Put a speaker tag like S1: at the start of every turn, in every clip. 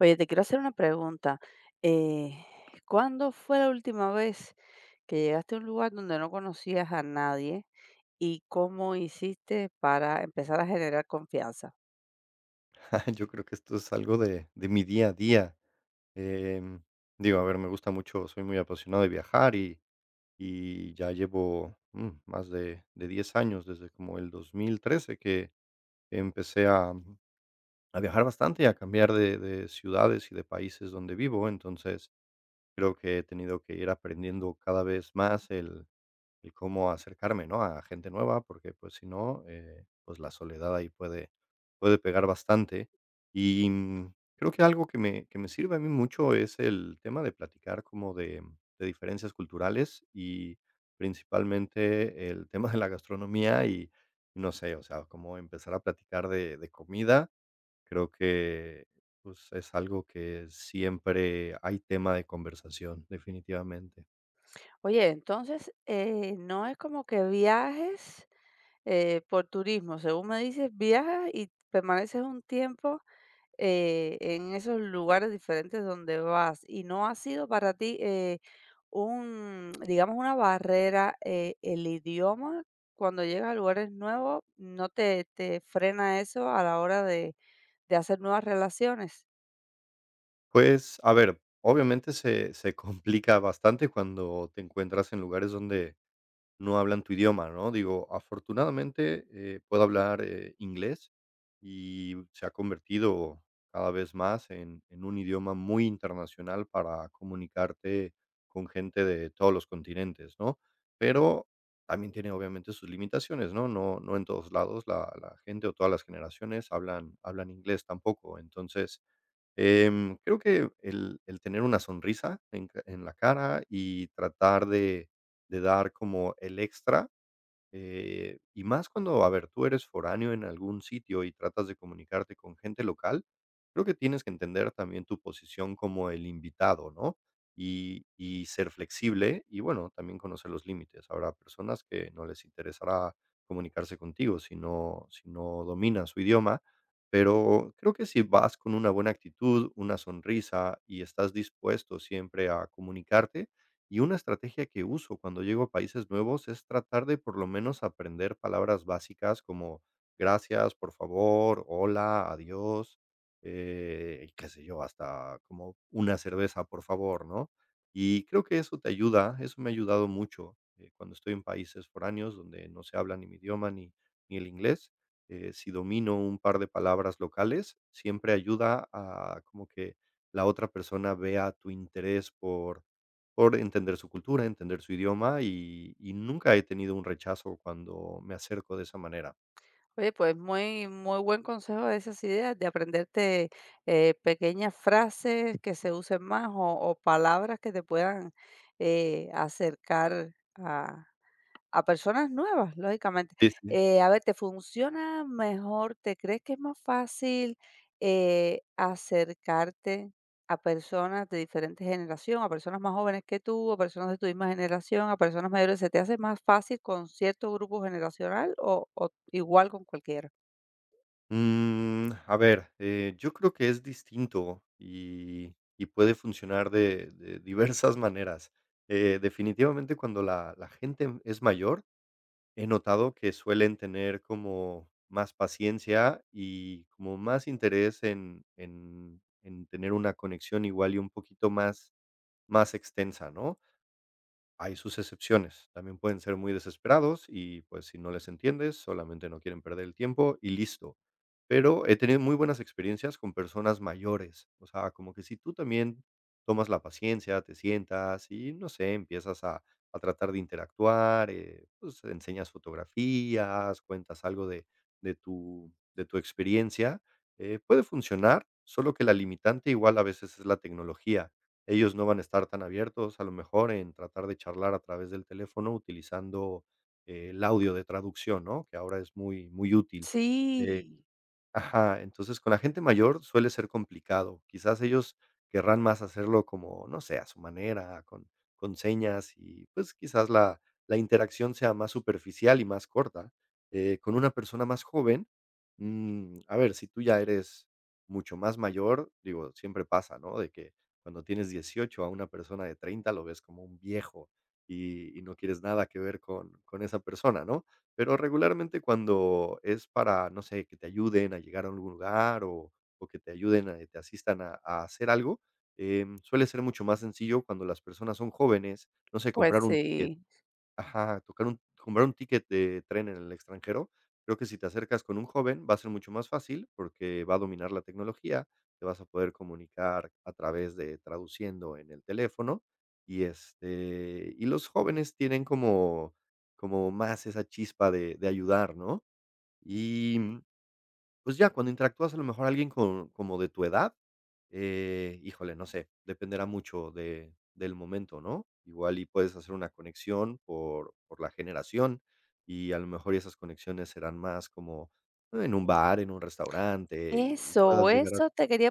S1: Oye, te quiero hacer una pregunta. Eh, ¿Cuándo fue la última vez que llegaste a un lugar donde no conocías a nadie y cómo hiciste para empezar a generar confianza?
S2: Yo creo que esto es algo de mi día a día. Em, Digo, a ver, me gusta mucho, soy muy apasionado de viajar y ya llevo, más de 10 años, desde como el 2013 que empecé a viajar bastante y a cambiar de ciudades y de países donde vivo. Entonces, creo que he tenido que ir aprendiendo cada vez más el cómo acercarme, ¿no?, a gente nueva, porque, pues, si no, pues, la soledad ahí puede pegar bastante. Y, creo que algo que me sirve a mí mucho es el tema de platicar como de diferencias culturales y principalmente el tema de la gastronomía y, no sé, o sea, como empezar a platicar de comida. Creo que, pues, es algo que siempre hay tema de conversación, definitivamente.
S1: Oye, entonces, no es como que viajes por turismo, según me dices, viajas y permaneces un tiempo en esos lugares diferentes donde vas y no ha sido para ti un, digamos, una barrera el idioma cuando llegas a lugares nuevos, ¿no te frena eso a la hora de hacer nuevas relaciones?
S2: Pues, a ver, obviamente se complica bastante cuando te encuentras en lugares donde no hablan tu idioma, ¿no? Digo, afortunadamente, puedo hablar, inglés y se ha convertido cada vez más en un idioma muy internacional para comunicarte con gente de todos los continentes, ¿no? Pero también tiene obviamente sus limitaciones, ¿no? No en todos lados la gente o todas las generaciones hablan inglés tampoco. Entonces, creo que el tener una sonrisa en la cara y tratar de dar como el extra, y más cuando, a ver, tú eres foráneo en algún sitio y tratas de comunicarte con gente local, creo que tienes que entender también tu posición como el invitado, ¿no? Y ser flexible y, bueno, también conocer los límites. Habrá personas que no les interesará comunicarse contigo si no dominas su idioma, pero creo que si vas con una buena actitud, una sonrisa y estás dispuesto siempre a comunicarte, y una estrategia que uso cuando llego a países nuevos es tratar de por lo menos aprender palabras básicas como gracias, por favor, hola, adiós, y qué sé yo, hasta como una cerveza, por favor, ¿no? Y creo que eso te ayuda, eso me ha ayudado mucho, cuando estoy en países foráneos donde no se habla ni mi idioma, ni el inglés. Si domino un par de palabras locales, siempre ayuda a como que la otra persona vea tu interés por entender su cultura, entender su idioma, y nunca he tenido un rechazo cuando me acerco de esa manera.
S1: Oye, pues muy, muy buen consejo de esas ideas, de aprenderte pequeñas frases que se usen más o palabras que te puedan acercar a personas nuevas, lógicamente.
S2: Sí, sí.
S1: A ver, ¿te funciona mejor? ¿Te crees que es más fácil, acercarte a personas de diferentes generación, a personas más jóvenes que tú, a personas de tu misma generación, a personas mayores? ¿Se te hace más fácil con cierto grupo generacional o igual con cualquiera?
S2: A ver, yo creo que es distinto y puede funcionar de diversas maneras. Definitivamente, cuando la gente es mayor, he notado que suelen tener como más paciencia y como más interés en tener una conexión igual y un poquito más extensa, ¿no? Hay sus excepciones, también pueden ser muy desesperados y, pues, si no les entiendes, solamente no quieren perder el tiempo y listo. Pero he tenido muy buenas experiencias con personas mayores, o sea, como que si tú también tomas la paciencia, te sientas y, no sé, empiezas a tratar de interactuar, pues, enseñas fotografías, cuentas algo de tu de tu experiencia, puede funcionar, solo que la limitante igual a veces es la tecnología. Ellos no van a estar tan abiertos, a lo mejor, en tratar de charlar a través del teléfono utilizando, el audio de traducción, ¿no? Que ahora es muy, muy útil. Eh
S1: Sí,
S2: Ajá, entonces con la gente mayor suele ser complicado. Quizás ellos querrán más hacerlo como, no sé, a su manera, con señas y, pues, quizás la interacción sea más superficial y más corta. Con una persona más joven, a ver, si tú ya eres mucho más mayor, digo, siempre pasa, ¿no? De que cuando tienes 18, a una persona de 30 lo ves como un viejo y no quieres nada que ver con esa persona, ¿no? Pero regularmente cuando es para, no sé, que te ayuden a llegar a algún lugar o que te ayuden, a te asistan a hacer algo, suele ser mucho más sencillo cuando las personas son jóvenes, no sé,
S1: pues
S2: comprar un ticket.
S1: sí.
S2: Ajá, tocar un comprar un ticket de tren en el extranjero, creo que si te acercas con un joven va a ser mucho más fácil, porque va a dominar la tecnología, te vas a poder comunicar a través de traduciendo en el teléfono, y los jóvenes tienen como más esa chispa de ayudar, ¿no? Y, pues, ya cuando interactúas a lo mejor alguien con como de tu edad, híjole, no sé, dependerá mucho de del momento, ¿no? Igual y puedes hacer una conexión por la generación, y a lo mejor y esas conexiones serán más como, en un bar, en un restaurante, y
S1: Eso,
S2: puedas llegar a
S1: eso te quería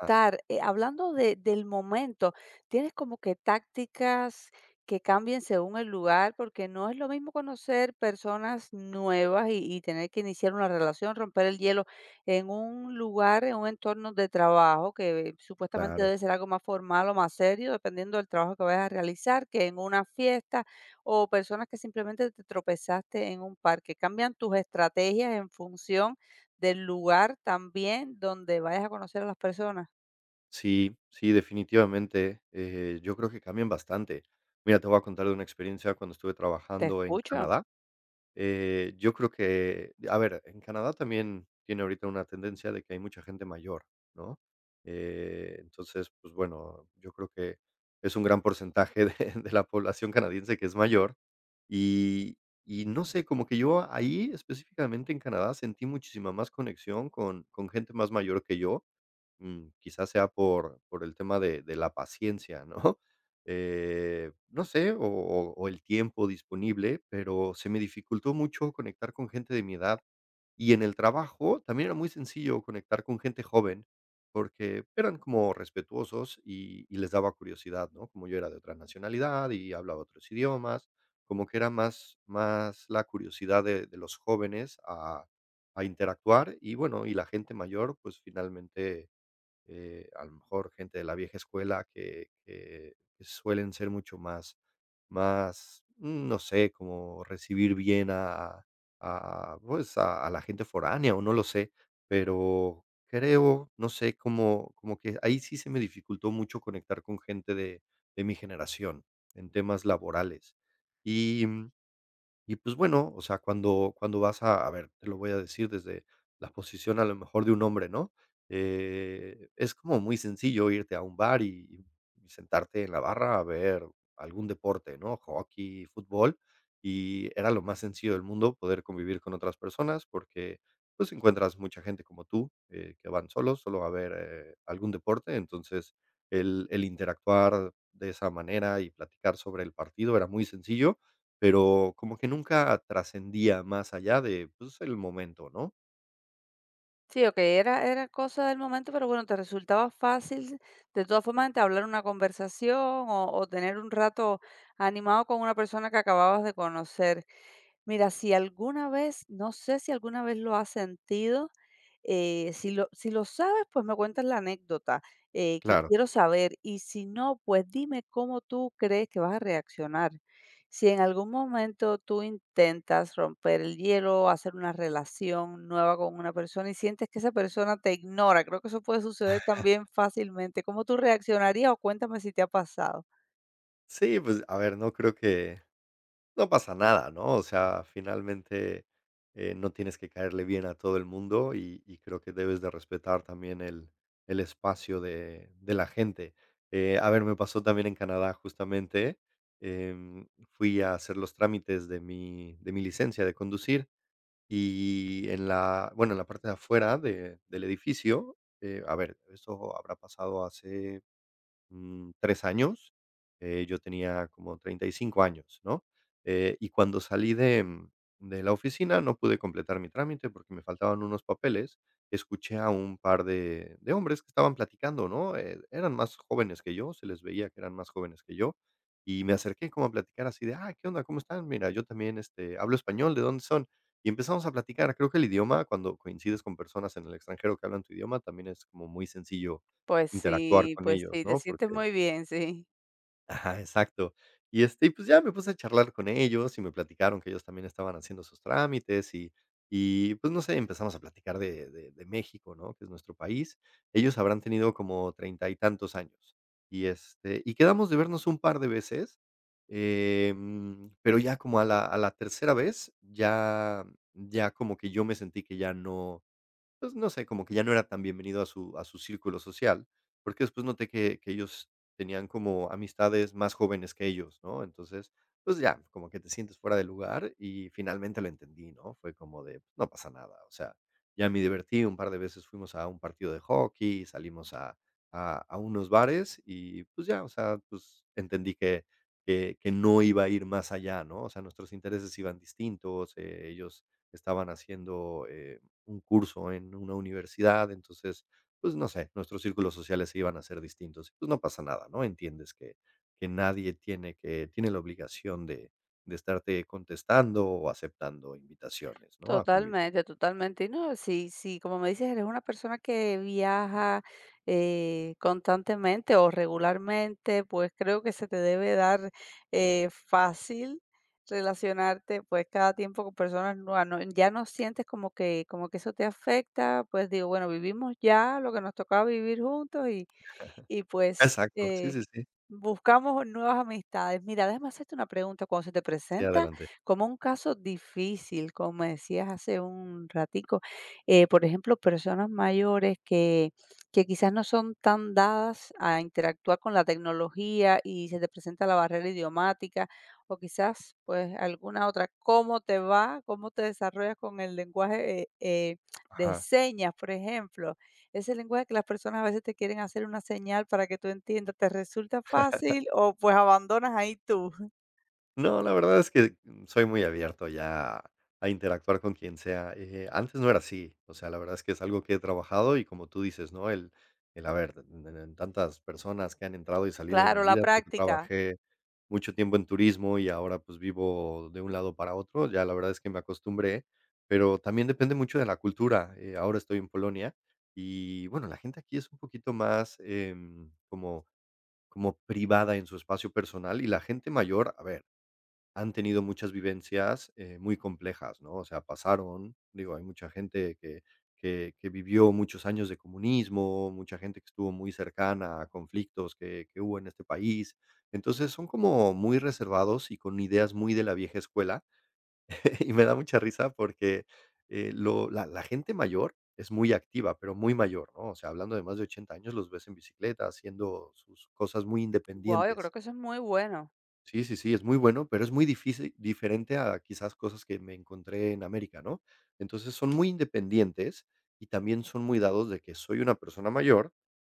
S2: a
S1: Hablando de del momento, ¿tienes como que tácticas que cambien según el lugar? Porque no es lo mismo conocer personas nuevas y tener que iniciar una relación, romper el hielo en un lugar, en un entorno de trabajo que supuestamente
S2: claro.
S1: debe ser algo más formal o más serio, dependiendo del trabajo que vayas a realizar, que en una fiesta o personas que simplemente te tropezaste en un parque. ¿Cambian tus estrategias en función del lugar también donde vayas a conocer a las personas?
S2: Sí, sí, definitivamente, yo creo que cambian bastante. Mira, te voy a contar de una experiencia cuando estuve
S1: Te
S2: trabajando en
S1: escucho.
S2: Canadá. Yo creo que, a ver, en Canadá también tiene ahorita una tendencia de que hay mucha gente mayor, ¿no? Entonces, pues, bueno, yo creo que es un gran porcentaje de, de la población canadiense que es mayor. Y, y no sé, como que yo ahí específicamente en Canadá sentí muchísima más conexión con gente más mayor que yo. Quizás sea por el tema de la paciencia, ¿no? No sé, o el tiempo disponible, pero se me dificultó mucho conectar con gente de mi edad. Y en el trabajo también era muy sencillo conectar con gente joven, porque eran como respetuosos y les daba curiosidad, ¿no? Como yo era de otra nacionalidad y hablaba otros idiomas, como que era más la curiosidad de los jóvenes a interactuar y, bueno, y la gente mayor, pues, finalmente, a lo mejor gente de la vieja escuela que suelen ser mucho más, no sé, como recibir bien a la gente foránea, o no lo sé, pero creo, no sé, como que ahí sí se me dificultó mucho conectar con gente de mi generación en temas laborales. Y y, pues, bueno, o sea, cuando vas a ver, te lo voy a decir desde la posición a lo mejor de un hombre, ¿no? Es como muy sencillo irte a un bar y sentarte en la barra a ver algún deporte, ¿no? Hockey, fútbol, y era lo más sencillo del mundo poder convivir con otras personas porque, pues, encuentras mucha gente como tú, que van solos, solo a ver, algún deporte. Entonces, el interactuar de esa manera y platicar sobre el partido era muy sencillo. Pero como que nunca trascendía más allá de, pues, el momento, ¿no?
S1: Sí, okey, era cosa del momento, pero bueno, te resultaba fácil, de todas formas, entablar una conversación o tener un rato animado con una persona que acababas de conocer. Mira, si alguna vez, no sé si alguna vez lo has sentido, si lo sabes, pues me cuentas la anécdota que
S2: Claro.
S1: quiero saber y si no, pues dime cómo tú crees que vas a reaccionar. Si en algún momento tú intentas romper el hielo, hacer una relación nueva con una persona y sientes que esa persona te ignora, creo que eso puede suceder también fácilmente. ¿Cómo tú reaccionarías o cuéntame si te ha pasado?
S2: Sí, pues, a ver, no creo que, no pasa nada, ¿no? O sea, finalmente, no tienes que caerle bien a todo el mundo y creo que debes de respetar también el espacio de la gente. A ver, me pasó también en Canadá, justamente, fui a hacer los trámites de mi licencia de conducir. Y en la bueno, en la parte de afuera de del edificio, a ver, eso habrá pasado hace, 3 años. Yo tenía como 35 años, ¿no? Y cuando salí de, de la oficina, no pude completar mi trámite porque me faltaban unos papeles. Escuché a un par de hombres que estaban platicando, ¿no? Eran más jóvenes que yo, se les veía que eran más jóvenes que yo. Y me acerqué como a platicar así de, ah, ¿qué onda? ¿Cómo están? Mira, yo también, hablo español, ¿de dónde son? Y empezamos a platicar. Creo que el idioma, cuando coincides con personas en el extranjero que hablan tu idioma, también es como muy sencillo interactuar con
S1: Pues
S2: ellos,
S1: sí, te
S2: ¿no?
S1: sientes
S2: Porque.
S1: muy bien, sí.
S2: Ajá, exacto. Y, pues, ya me puse a charlar con ellos y me platicaron que ellos también estaban haciendo sus trámites y, pues, no sé, empezamos a platicar de México, ¿no?, que es nuestro país. Ellos habrán tenido como treinta y tantos años. Y quedamos de vernos un par de veces, pero ya como a la tercera vez, ya como que yo me sentí que ya no, pues, no sé, como que ya no era tan bienvenido a su círculo social, porque después noté que ellos tenían como amistades más jóvenes que ellos, ¿no? Entonces, pues ya, como que te sientes fuera de lugar y finalmente lo entendí, ¿no? Fue como de, no pasa nada, o sea, ya me divertí, un par de veces fuimos a un partido de hockey, salimos a unos bares y, pues ya, o sea, pues entendí que no iba a ir más allá, ¿no? O sea, nuestros intereses iban distintos, ellos estaban haciendo, un curso en una universidad, entonces, pues, no sé, nuestros círculos sociales se iban a ser distintos. Pues, no pasa nada, ¿no? Entiendes que que nadie tiene la obligación de estarte contestando o aceptando invitaciones, ¿no? A convivir.
S1: Totalmente, totalmente. Y no, sí, sí, como me dices, eres una persona que viaja constantemente o regularmente, pues creo que se te debe dar fácil relacionarte pues cada tiempo con personas nuevas. Ya no sientes como que eso te afecta, pues digo, bueno, vivimos ya lo que nos tocaba vivir juntos y pues
S2: Exacto, sí, sí, sí.
S1: buscamos nuevas amistades. Mira, déjame hacerte una pregunta. Cuando se te
S2: Sí,
S1: presenta
S2: adelante.
S1: como un caso difícil, como me decías hace un ratico, por ejemplo, personas mayores que quizás no son tan dadas a interactuar con la tecnología y se te presenta la barrera idiomática o quizás pues alguna otra, ¿cómo te va? ¿Cómo te desarrollas con el lenguaje de
S2: Ajá.
S1: señas, por ejemplo? Ese lenguaje que las personas a veces te quieren hacer una señal para que tú entiendas, ¿te resulta fácil o pues abandonas ahí tú?
S2: No, la verdad es que soy muy abierto ya a interactuar con quien sea. Antes no era así, o sea, la verdad es que es algo que he trabajado y como tú dices, ¿no? El haber en tantas personas que han entrado y salido de mi
S1: Claro, la
S2: vida, porque
S1: práctica.
S2: trabajé mucho tiempo en turismo y ahora pues vivo de un lado para otro, ya la verdad es que me acostumbré, pero también depende mucho de la cultura. Ahora estoy en Polonia y bueno, la gente aquí es un poquito más como, como privada en su espacio personal y la gente mayor, a ver han tenido muchas vivencias, muy complejas, ¿no? O sea, pasaron, digo, hay mucha gente que vivió muchos años de comunismo, mucha gente que estuvo muy cercana a conflictos que hubo en este país. Entonces, son como muy reservados y con ideas muy de la vieja escuela, y me da mucha risa porque, lo la la gente mayor es muy activa, pero muy mayor, ¿no? O sea, hablando de más de 80 años, los ves en bicicleta, haciendo sus cosas muy
S1: Wow, yo creo
S2: independientes.
S1: que eso es muy bueno.
S2: Sí, sí, sí, es muy bueno, pero es muy difícil diferente a quizás cosas que me encontré en América, ¿no? Entonces, son muy independientes y también son muy dados de que soy una persona mayor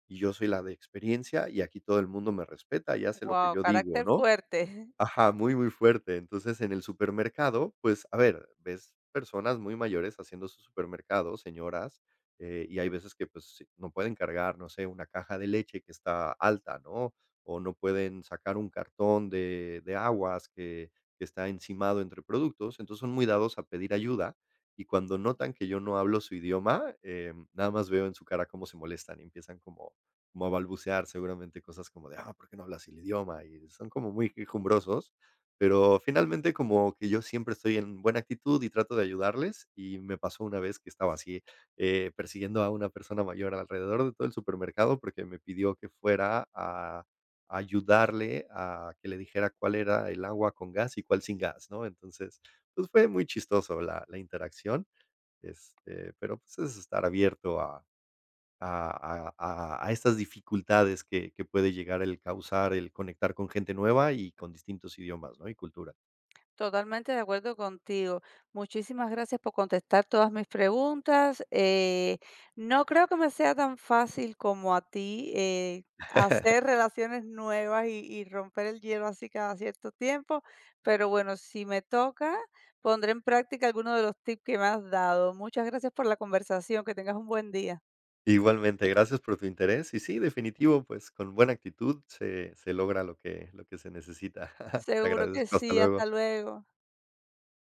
S2: y yo soy la de experiencia y aquí todo el mundo me respeta y hace lo que
S1: Wow,
S2: yo digo,
S1: carácter
S2: ¿no?
S1: fuerte.
S2: Ajá, muy, muy fuerte. Entonces, en el supermercado, pues, a ver, ves personas muy mayores haciendo su supermercado, señoras, y hay veces que, pues, sí, no pueden cargar, no sé, una caja de leche que está alta, ¿no? O no pueden sacar un cartón de aguas que está encimado entre productos. Entonces, son muy dados a pedir ayuda, y cuando notan que yo no hablo su idioma, nada más veo en su cara cómo se molestan y empiezan como como a balbucear seguramente cosas como de, ah, ¿por qué no hablas el idioma? Y son como muy quejumbrosos, pero finalmente como que yo siempre estoy en buena actitud y trato de ayudarles y me pasó una vez que estaba así persiguiendo a una persona mayor alrededor de todo el supermercado porque me pidió que fuera a ayudarle a que le dijera cuál era el agua con gas y cuál sin gas, ¿no? Entonces, pues fue muy chistoso la, la interacción, este, pero pues es estar abierto a, a estas dificultades que puede llegar el causar, el conectar con gente nueva y con distintos idiomas, ¿no? Y cultura.
S1: Totalmente de acuerdo contigo. Muchísimas gracias por contestar todas mis preguntas. No creo que me sea tan fácil como a ti hacer relaciones nuevas y romper el hielo así cada cierto tiempo, pero bueno, si me toca, pondré en práctica alguno de los tips que me has dado. Muchas gracias por la conversación, que tengas un buen día.
S2: Igualmente, gracias por tu interés. Y sí, definitivo, pues con buena actitud se logra lo que se necesita. Te
S1: Seguro que
S2: agradezco. Hasta
S1: sí, hasta
S2: luego.
S1: luego.